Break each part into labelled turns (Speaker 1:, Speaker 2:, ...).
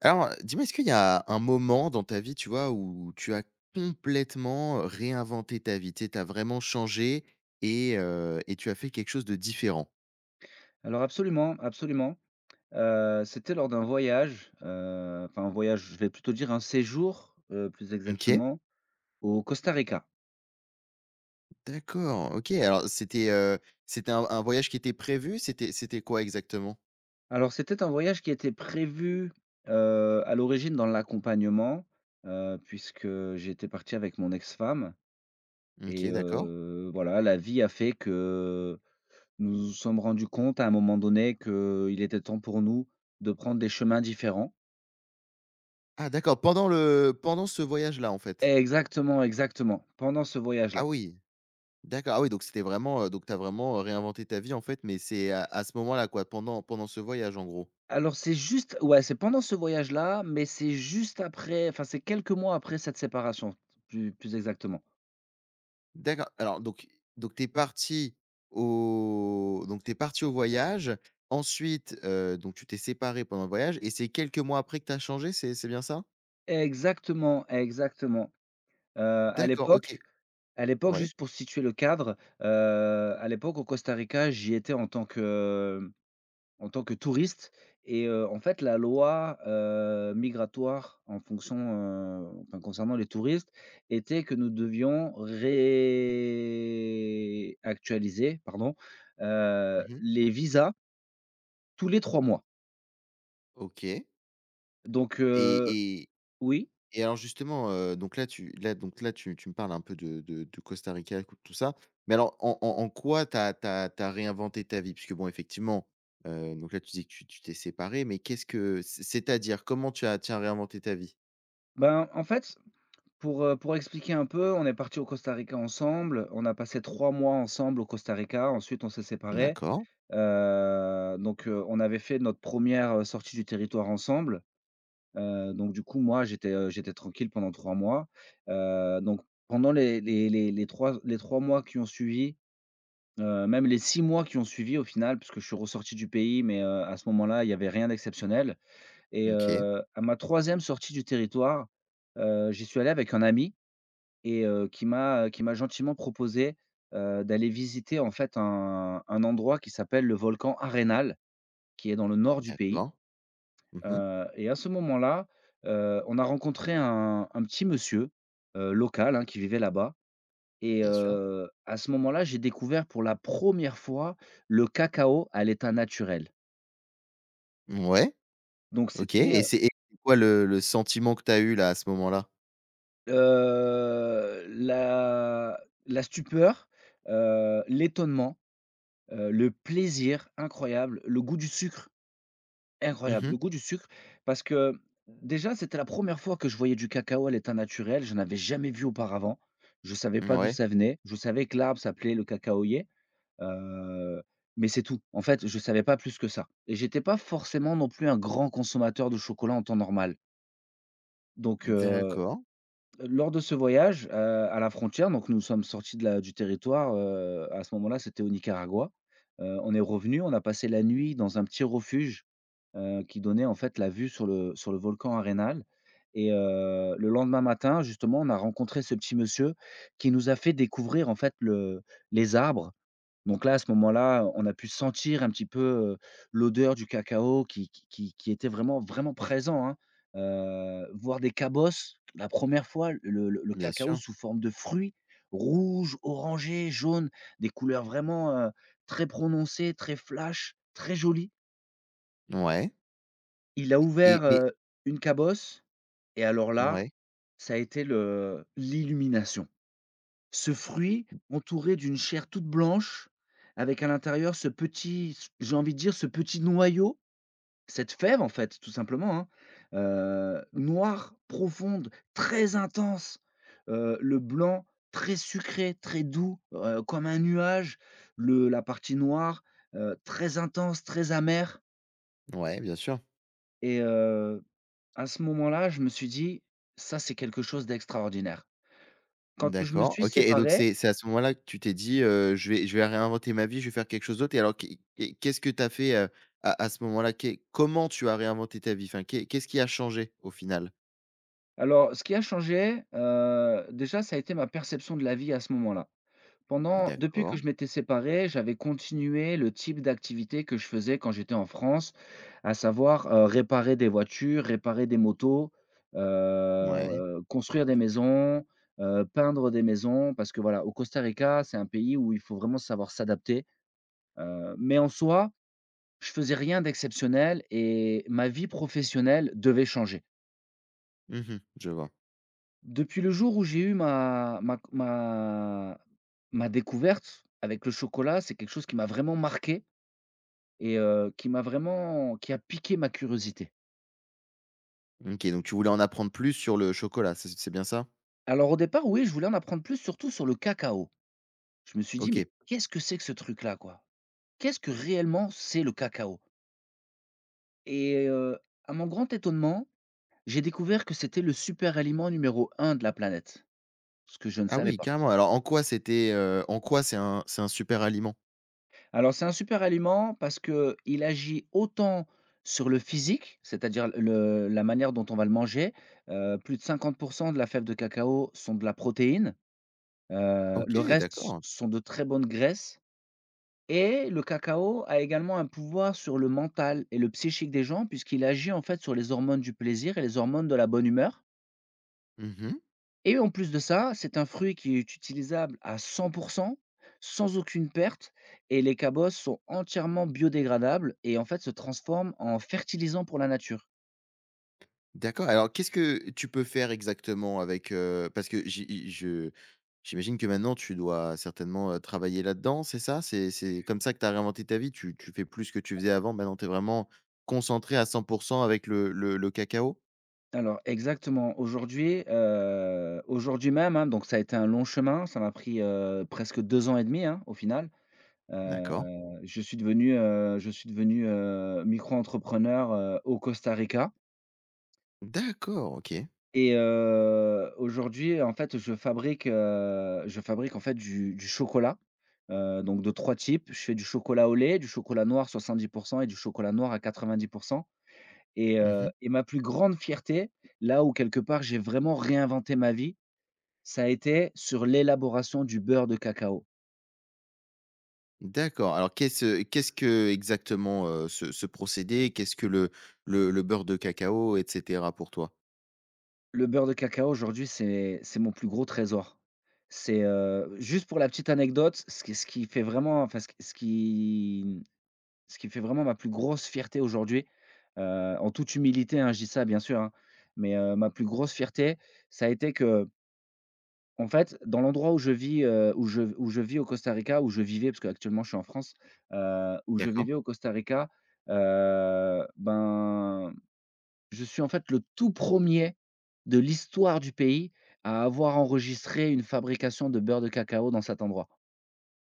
Speaker 1: Alors, dis-moi, est-ce qu'il y a un moment dans ta vie, tu vois, où tu as complètement réinventé ta vie? Tu as vraiment changé et tu as fait quelque chose de différent?
Speaker 2: Alors absolument, absolument. C'était lors d'un voyage, enfin un voyage, je vais plutôt dire un séjour, plus
Speaker 1: OK,
Speaker 2: exactement, au Costa Rica.
Speaker 1: d'accord, OK. Alors c'était, c'était un voyage qui était prévu? C'était quoi exactement?
Speaker 2: Alors c'était un voyage qui était prévu, à l'origine dans l'accompagnement, puisque j'étais parti avec mon ex-femme
Speaker 1: OK,
Speaker 2: et
Speaker 1: d'accord.
Speaker 2: heu, voilà, la vie a fait que nous nous sommes rendus compte à un moment donné qu'il était temps pour nous de prendre des chemins différents.
Speaker 1: Ah d'accord, pendant ce voyage-là, en fait?
Speaker 2: Exactement, exactement, pendant ce voyage-là.
Speaker 1: Ah oui, d'accord. Ah oui, donc c'était vraiment, donc t'as vraiment, réinventé ta vie, en fait, mais c'est à ce moment-là, quoi, pendant ce voyage, en gros?
Speaker 2: Alors c'est juste ouais, c'est pendant ce voyage-là, mais c'est juste après, enfin c'est quelques mois après cette séparation, plus exactement.
Speaker 1: D'accord. Alors donc tu es parti au voyage. Ensuite, donc tu t'es séparé pendant le voyage et c'est quelques mois après que tu as changé, c'est bien ça?
Speaker 2: Exactement, exactement. Heu, à
Speaker 1: D'accord,
Speaker 2: l'époque
Speaker 1: OK.
Speaker 2: à l'époque,
Speaker 1: Ouais.
Speaker 2: juste pour situer le cadre, à l'époque au Costa Rica, j'y étais en tant que touriste et en fait, la loi, migratoire en fonction, enfin concernant les touristes, était que nous devions réactualiser, pardon,
Speaker 1: Mmh mh.
Speaker 2: les visas tous les 3 mois.
Speaker 1: OK
Speaker 2: Donc
Speaker 1: et
Speaker 2: oui,
Speaker 1: et alors justement, donc là tu me parles un peu de Costa Rica, co tout ça. Mais alors en quoi tu réinventé ta vie? Puisque bon effectivement, donc là tu dis que tu t'es séparé, mais qu'est-ce que c'est-à-dire comment tu as réinventé ta vie?
Speaker 2: ben, en fait, pour expliquer un peu, on est parti au Costa Rica ensemble, on a passé 3 mois ensemble au Costa Rica, ensuite on s'est séparés,
Speaker 1: D'accord,
Speaker 2: donc on avait fait notre première re sortie du territoire ensemble. Donc du coup, moi, j'étais tranquille pendant 3 mois. Donc pendant les 3 les 3 mois qui ont suivi, même les 6 mois qui ont suivi au final, parce que je suis ressorti du pays, mais, à ce moment-là, il n'y avait rien d'exceptionnel et
Speaker 1: OK,
Speaker 2: heu, à ma troisième sortie du territoire, j'y suis allé avec un ami et qui m'a gentiment proposé, d'aller visiter en fait un endroit qui s'appelle le volcan Arenal, qui est dans le nord du pays.
Speaker 1: d'accord. Mmh.
Speaker 2: Et à ce moment-là, on a rencontré un petit monsieur, local, hein, qui vivait là-bas et
Speaker 1: Bien sûr.
Speaker 2: heu, à ce moment-là, j'ai découvert pour la première fois le cacao à l'état naturel.
Speaker 1: Ouais,
Speaker 2: Donc
Speaker 1: OK
Speaker 2: c'était,
Speaker 1: et c'est quoi le sentiment que tu as eu là, à ce moment-là?
Speaker 2: la la stupeur, l'étonnement, le plaisir incroyable, le goût du sucre. Incroyable,
Speaker 1: Mmh.
Speaker 2: le goût du sucre parce que déjà, c'était la première fois que je voyais du cacao à l'état naturel, je n'avais jamais vu auparavant. Je savais pas d'où
Speaker 1: Ouais,
Speaker 2: ça venait, je savais que l'arbre s'appelait le cacaoyer, heu, mais c'est tout. En fait, je savais pas plus que ça et j'étais pas forcément non plus un grand consommateur de chocolat en temps normal. Donc
Speaker 1: d'accord,
Speaker 2: lors de ce voyage, à la frontière, donc nous sommes sortis de la du territoire, à ce moment-là, c'était au Nicaragua. On est revenu, on a passé la nuit dans un petit refuge qui donnait en fait la vue sur le volcan Arenal et le lendemain matin justement, on a rencontré ce petit monsieur qui nous a fait découvrir en fait le les arbres. Donc là, à ce moment-là, on a pu sentir un petit peu, heu, l'odeur du cacao qui était vraiment, vraiment présent, hein. Voir des cabosses, la première fois, le
Speaker 1: bien
Speaker 2: cacao
Speaker 1: sûr.
Speaker 2: sous forme de fruits rouges, orangés, jaunes, des couleurs vraiment, très prononcées, très flash, très jolies.
Speaker 1: Ouais
Speaker 2: Il a
Speaker 1: et
Speaker 2: ouvert,
Speaker 1: et mais
Speaker 2: une cabosse et alors là,
Speaker 1: ouais,
Speaker 2: ça a été le l'illumination. Ce fruit entouré d'une chair toute blanche, avec à l'intérieur ce petit s j'ai envie de dire ce petit noyau, cette fève en fait, tout simplement, hein, noire, profonde, très intense, le blanc très sucré, très doux, comme un nuage, le la partie noire, très intense, très amère.
Speaker 1: ouais, bien sûr.
Speaker 2: Et à ce moment-là, je me suis dit : « Ça, c'est quelque chose d'extraordinaire ». Quand je me
Speaker 1: D'accord,
Speaker 2: suis
Speaker 1: OK et donc
Speaker 2: séparé,
Speaker 1: c'est à ce moment-là que tu t'es dit, je vais réinventer ma vie, je vais faire quelque chose d'autre» et alors qu'est-ce que tu as fait, à ce moment-là? Qu'est Comment tu as réinventé ta vie? Enfin, qu'est-ce qui a changé au final?
Speaker 2: alors ce qui a changé, déjà, ça a été ma perception de la vie à ce moment-là. Pendant depuis que
Speaker 1: D'accord,
Speaker 2: je m'étais séparé, j'avais continué le type d'activité que je faisais quand j'étais en France, à savoir, réparer des voitures, réparer des motos,
Speaker 1: ouais.
Speaker 2: construire des maisons, peindre des maisons. Parce que voilà, au Costa Rica, c'est un pays où il faut vraiment savoir s'adapter, mais en soi, je faisais rien d'exceptionnel et ma vie professionnelle devait changer.
Speaker 1: Mmh, je vois.
Speaker 2: Depuis le jour où j'ai eu ma découverte avec le chocolat, c'est quelque chose qui m'a vraiment marqué et qui m'a vraiment qui a piqué ma curiosité.
Speaker 1: OK, donc tu voulais en apprendre plus sur le chocolat, c'est bien ça?
Speaker 2: Alors au départ, oui, je voulais en apprendre plus, surtout sur le cacao. Je me suis dit : « Mais
Speaker 1: OK.
Speaker 2: qu'est-ce que c'est que ce truc-là, quoi? Qu'est-ce que réellement c'est le cacao ? » et à mon grand étonnement, j'ai découvert que c'était le super aliment numéro un de la planète, ce que je ne
Speaker 1: Ah
Speaker 2: savais
Speaker 1: oui,
Speaker 2: pas.
Speaker 1: carrément. Alors en quoi c'était, en quoi c'est un super aliment?
Speaker 2: Alors c'est un super aliment parce que il agit autant sur le physique, c'est-à-dire le la manière dont on va le manger. Plus de 50 de la fève de cacao sont de la protéine, le
Speaker 1: OK,
Speaker 2: reste s
Speaker 1: d'accord.
Speaker 2: sont de très bonnes graisses et le cacao a également un pouvoir sur le mental et le psychique des gens puisqu'il agit en fait sur les hormones du plaisir et les hormones de la bonne humeur.
Speaker 1: Mmh.
Speaker 2: Et en plus de ça, c'est un fruit qui est utilisable à 100 sans aucune perte et les cabosses sont entièrement biodégradables et en fait se transforment en fertilisant pour la nature.
Speaker 1: D'accord, alors qu'est-ce que tu peux faire exactement avec, parce que j'i je j'imagine que maintenant tu dois certainement, travailler là-dedans, c'est ça? C'est comme ça que tu as réinventé ta vie? Tu fais plus ce que tu faisais avant, maintenant tu es vraiment concentré à cent pour cent avec le cacao?
Speaker 2: Alors exactement, aujourd'hui, aujourd'hui même, hein, donc ça a été un long chemin, ça m'a pris, presque 2 ans et demi, hein, au final.
Speaker 1: D'accord.
Speaker 2: Je suis devenu, micro-entrepreneur, au Costa Rica.
Speaker 1: D'accord, OK.
Speaker 2: Et aujourd'hui, en fait, je fabrique, en fait, du chocolat, donc de 3 types. Je fais du chocolat au lait, du chocolat noir 70 et du chocolat noir à 90 et heu
Speaker 1: Mmh.
Speaker 2: et ma plus grande fierté, là où quelque part j'ai vraiment réinventé ma vie, ça a été sur l'élaboration du beurre de cacao.
Speaker 1: D'accord, alors qu'est-ce que exactement, ce procédé? Qu'est-ce que le beurre de cacao et cetera pour toi?
Speaker 2: Le beurre de cacao, aujourd'hui, c'est mon plus gros trésor. C'est juste pour la petite anecdote, ce qui fait vraiment enfin, ce qui fait vraiment ma plus grosse fierté aujourd'hui, en toute humilité, hein, je dis ça bien sûr, hein, mais ma plus grosse fierté, ça a été que, en fait, dans l'endroit où je vis, où je vis au Costa Rica, où je vivais, parce qu'actuellement je suis en France, où je
Speaker 1: D'accord.
Speaker 2: vivais au Costa Rica, ben, je suis en fait le tout premier de l'histoire du pays à avoir enregistré une fabrication de beurre de cacao dans cet endroit.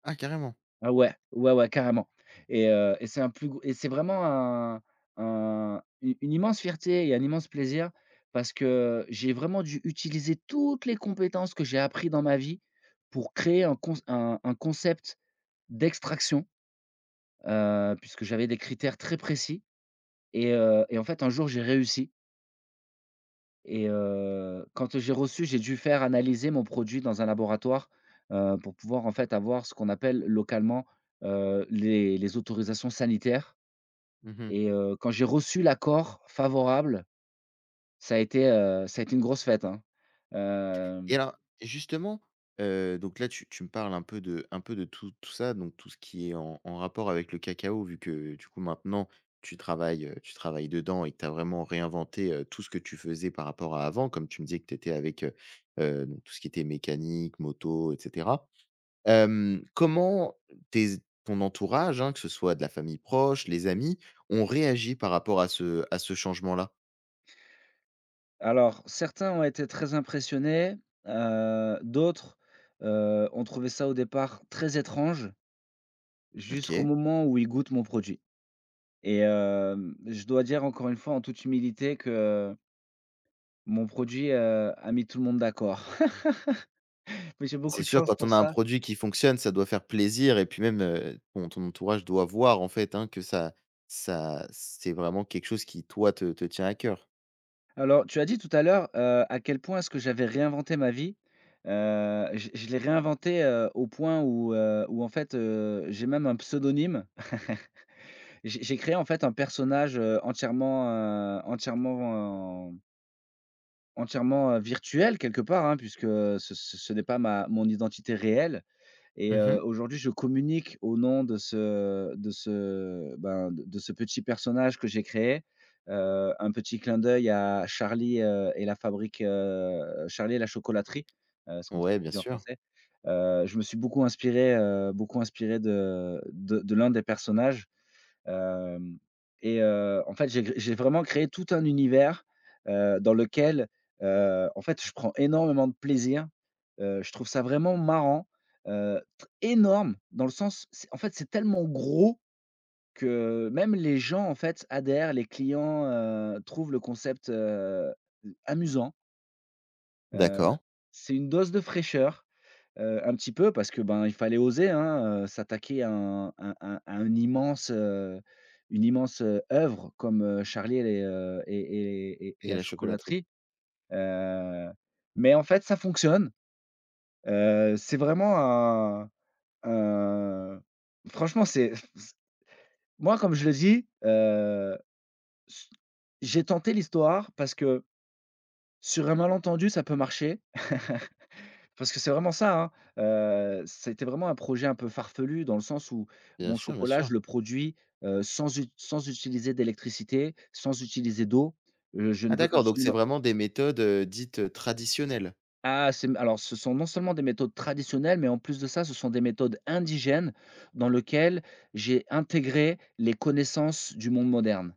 Speaker 1: Ah carrément.
Speaker 2: Ah ouais, ouais, ouais, carrément et c'est un plus gros et c'est vraiment un une immense fierté et un immense plaisir parce que j'ai vraiment dû utiliser toutes les compétences que j'ai appris dans ma vie pour créer un concept d'extraction, puisque j'avais des critères très précis et en fait, un jour, j'ai réussi. Et quand j'ai reçu, j'ai dû faire analyser mon produit dans un laboratoire, pour pouvoir, en fait, avoir ce qu'on appelle localement, les autorisations sanitaires
Speaker 1: Mmh.
Speaker 2: et quand j'ai reçu l'accord favorable, ça a été une grosse fête, hein.
Speaker 1: Et
Speaker 2: Hem,
Speaker 1: alors, justement, donc là, tu me parles un peu de tout ça, donc tout ce qui est en en rapport avec le cacao, vu que, du coup, maintenant, tu travailles dedans et que tu as vraiment réinventé, tout ce que tu faisais par rapport à avant, comme tu me disais que tu étais avec, donc tout ce qui était mécanique, moto et cetera. Hem, comment tes ton entourage, hein, que ce soit de la famille proche, les amis, ont réagi par rapport à ce changement-là?
Speaker 2: alors certains ont été très impressionnés, d'autres, ont trouvé ça au départ très étrange jusqu'au
Speaker 1: OK.
Speaker 2: moment où ils goûtent mon produit et je dois dire encore une fois en toute humilité que mon produit, a mis tout le monde d'accord. Mais j'ai beaucoup
Speaker 1: C'est
Speaker 2: de
Speaker 1: sûr,
Speaker 2: chance
Speaker 1: quand
Speaker 2: pour
Speaker 1: on a un
Speaker 2: ça.
Speaker 1: produit qui fonctionne, ça doit faire plaisir et puis même, ton entourage doit voir, en fait, hein, que ça, c'est vraiment quelque chose qui, toi, te tient à cœur?
Speaker 2: Alors, tu as dit tout à l'heure, à quel point est-ce que j'avais réinventé ma vie. Je l'ai réinventé, au point où en fait, j'ai même un pseudonyme. J'ai créé en fait un personnage, entièrement, virtuel quelque part, hein, puisque ce n'est pas ma mon identité réelle. Et
Speaker 1: Mmh.
Speaker 2: aujourd'hui, je communique au nom de ce petit personnage que j'ai créé. Un petit clin d'œil à Charlie, Charlie et la chocolaterie, c'est comme ça
Speaker 1: Ouais,
Speaker 2: qu'on
Speaker 1: bien
Speaker 2: dit en
Speaker 1: sûr.
Speaker 2: français. Je me suis beaucoup inspiré de l'un des personnages. Hem et en fait, j'ai vraiment créé tout un univers, dans lequel, en fait, je prends énormément de plaisir. Je trouve ça vraiment marrant, tr énorme dans le sens c'est en fait, c'est tellement gros que même les gens, en fait, adhèrent, les clients, trouvent le concept, amusant. Heu,
Speaker 1: D'accord,
Speaker 2: c'est une dose de fraîcheur. Un petit peu parce que, ben, il fallait oser, hein, s'attaquer à un immense, une immense, œuvre comme, Charlie et les, et
Speaker 1: et
Speaker 2: la
Speaker 1: la chocolaterie?
Speaker 2: chocolaterie, heu, mais en fait ça fonctionne. C'est vraiment un franchement c'est f c moi comme je le dis, s j'ai tenté l'histoire parce que sur un malentendu ça peut marcher. Parce que c'est vraiment ça, hein. C'était vraiment un projet un peu farfelu dans le sens où
Speaker 1: Bien
Speaker 2: mon
Speaker 1: sûr, bien
Speaker 2: chocolat,
Speaker 1: sûr.
Speaker 2: je le produis sans ut sans utiliser d'électricité, sans utiliser d'eau. Je
Speaker 1: Ah
Speaker 2: ne veux
Speaker 1: d'accord, donc c'est
Speaker 2: absolument...
Speaker 1: vraiment des méthodes, dites, traditionnelles?
Speaker 2: Ah, c'est, alors ce sont non seulement des méthodes traditionnelles, mais en plus de ça, ce sont des méthodes indigènes dans lequel j'ai intégré les connaissances du monde moderne.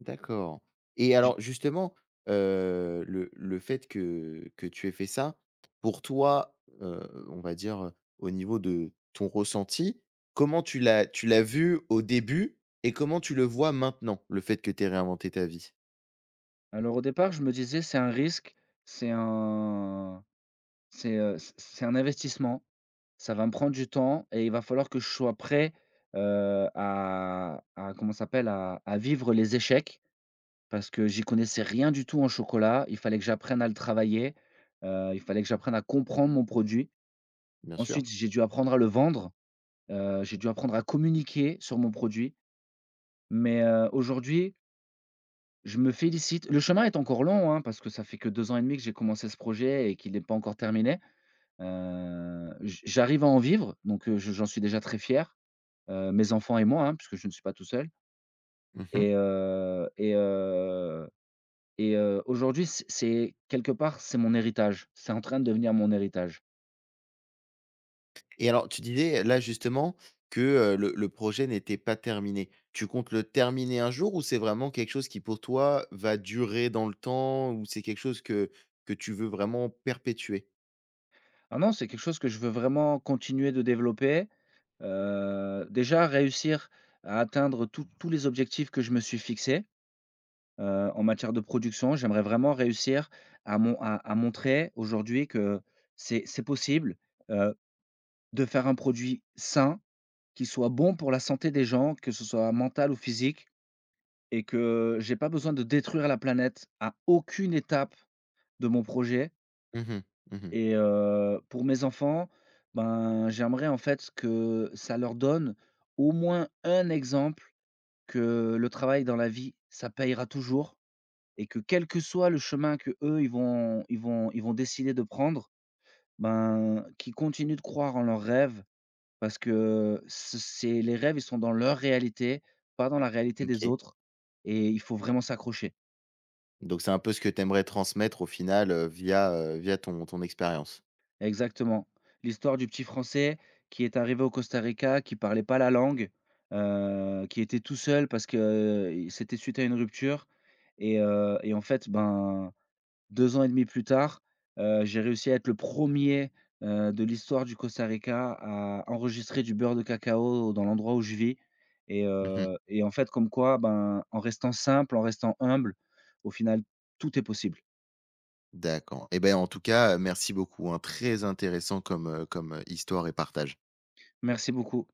Speaker 1: D'accord. Et
Speaker 2: J
Speaker 1: alors justement, le fait que tu aies fait ça, pour toi, on va dire, au niveau de ton ressenti, comment tu l'as vu au début et comment tu le vois maintenant? Le fait que tu aies réinventé ta vie,
Speaker 2: Alors au départ, je me disais: «C'est un risque, c'est un c'est, c'est un investissement». Ça va me prendre du temps et il va falloir que je sois prêt, à comment ça s'appelle? À vivre les échecs parce que j'y connaissais rien du tout en chocolat. Il fallait que j'apprenne à le travailler, il fallait que j'apprenne à comprendre mon produit.
Speaker 1: bien sûr.
Speaker 2: Ensuite, j'ai dû apprendre à le vendre, j'ai dû apprendre à communiquer sur mon produit. Mais, aujourd'hui, je me félicite. Le chemin est encore long, hein, parce que ça fait que 2 ans et demi que j'ai commencé ce projet et qu'il n'est pas encore terminé. J'arrive à en vivre, donc, je j'en suis déjà très fier. Mes enfants et moi, hein, puisque je ne suis pas tout seul.
Speaker 1: Mmh.
Speaker 2: et heu et heu Aujourd'hui, c'est quelque part, c'est mon héritage. C'est en train de devenir mon héritage.
Speaker 1: Et alors tu disais là justement que, le projet n'était pas terminé. Tu comptes le terminer un jour ou c'est vraiment quelque chose qui pour toi va durer dans le temps ou c'est quelque chose que tu veux vraiment perpétuer?
Speaker 2: Ah non, c'est quelque chose que je veux vraiment continuer de développer. Déjà réussir à atteindre tous les objectifs que je me suis fixés, en matière de production. J'aimerais vraiment réussir à mon à montrer aujourd'hui que c'est possible, heu, de faire un produit sain, qui soit bon pour la santé des gens, que ce soit mental ou physique, et que j'ai pas besoin de détruire la planète à aucune étape de mon projet.
Speaker 1: Mmh mh. Mmh.
Speaker 2: Pour mes enfants, ben, j'aimerais en fait que ça leur donne au moins un exemple que le travail dans la vie, ça payera toujours, et que quel que soit le chemin que eux ils vont décider de prendre, ben, qu'ils continuent de croire en leurs rêves. Parce que ce c'est les rêves, ils sont dans leur réalité, pas dans la réalité des
Speaker 1: OK.
Speaker 2: autres, et il faut vraiment s'accrocher.
Speaker 1: Donc c'est un peu ce que tu aimerais transmettre au final, via, via ton expérience?
Speaker 2: Exactement. L'histoire du petit Français qui est arrivé au Costa Rica, qui parlait pas la langue, qui était tout seul parce que, il c'était suite à une rupture. En fait, ben, deux ans et demi plus tard, j'ai réussi à être le premier er de l'histoire du Costa Rica à enregistrer du beurre de cacao dans l'endroit où je vis.
Speaker 1: Mmh.
Speaker 2: En fait, comme quoi, ben, en restant simple, en restant humble, au final, tout est possible.
Speaker 1: D'accord. Et ben en tout cas, merci beaucoup, hein. Très intéressant comme, comme, histoire et partage.
Speaker 2: Merci beaucoup.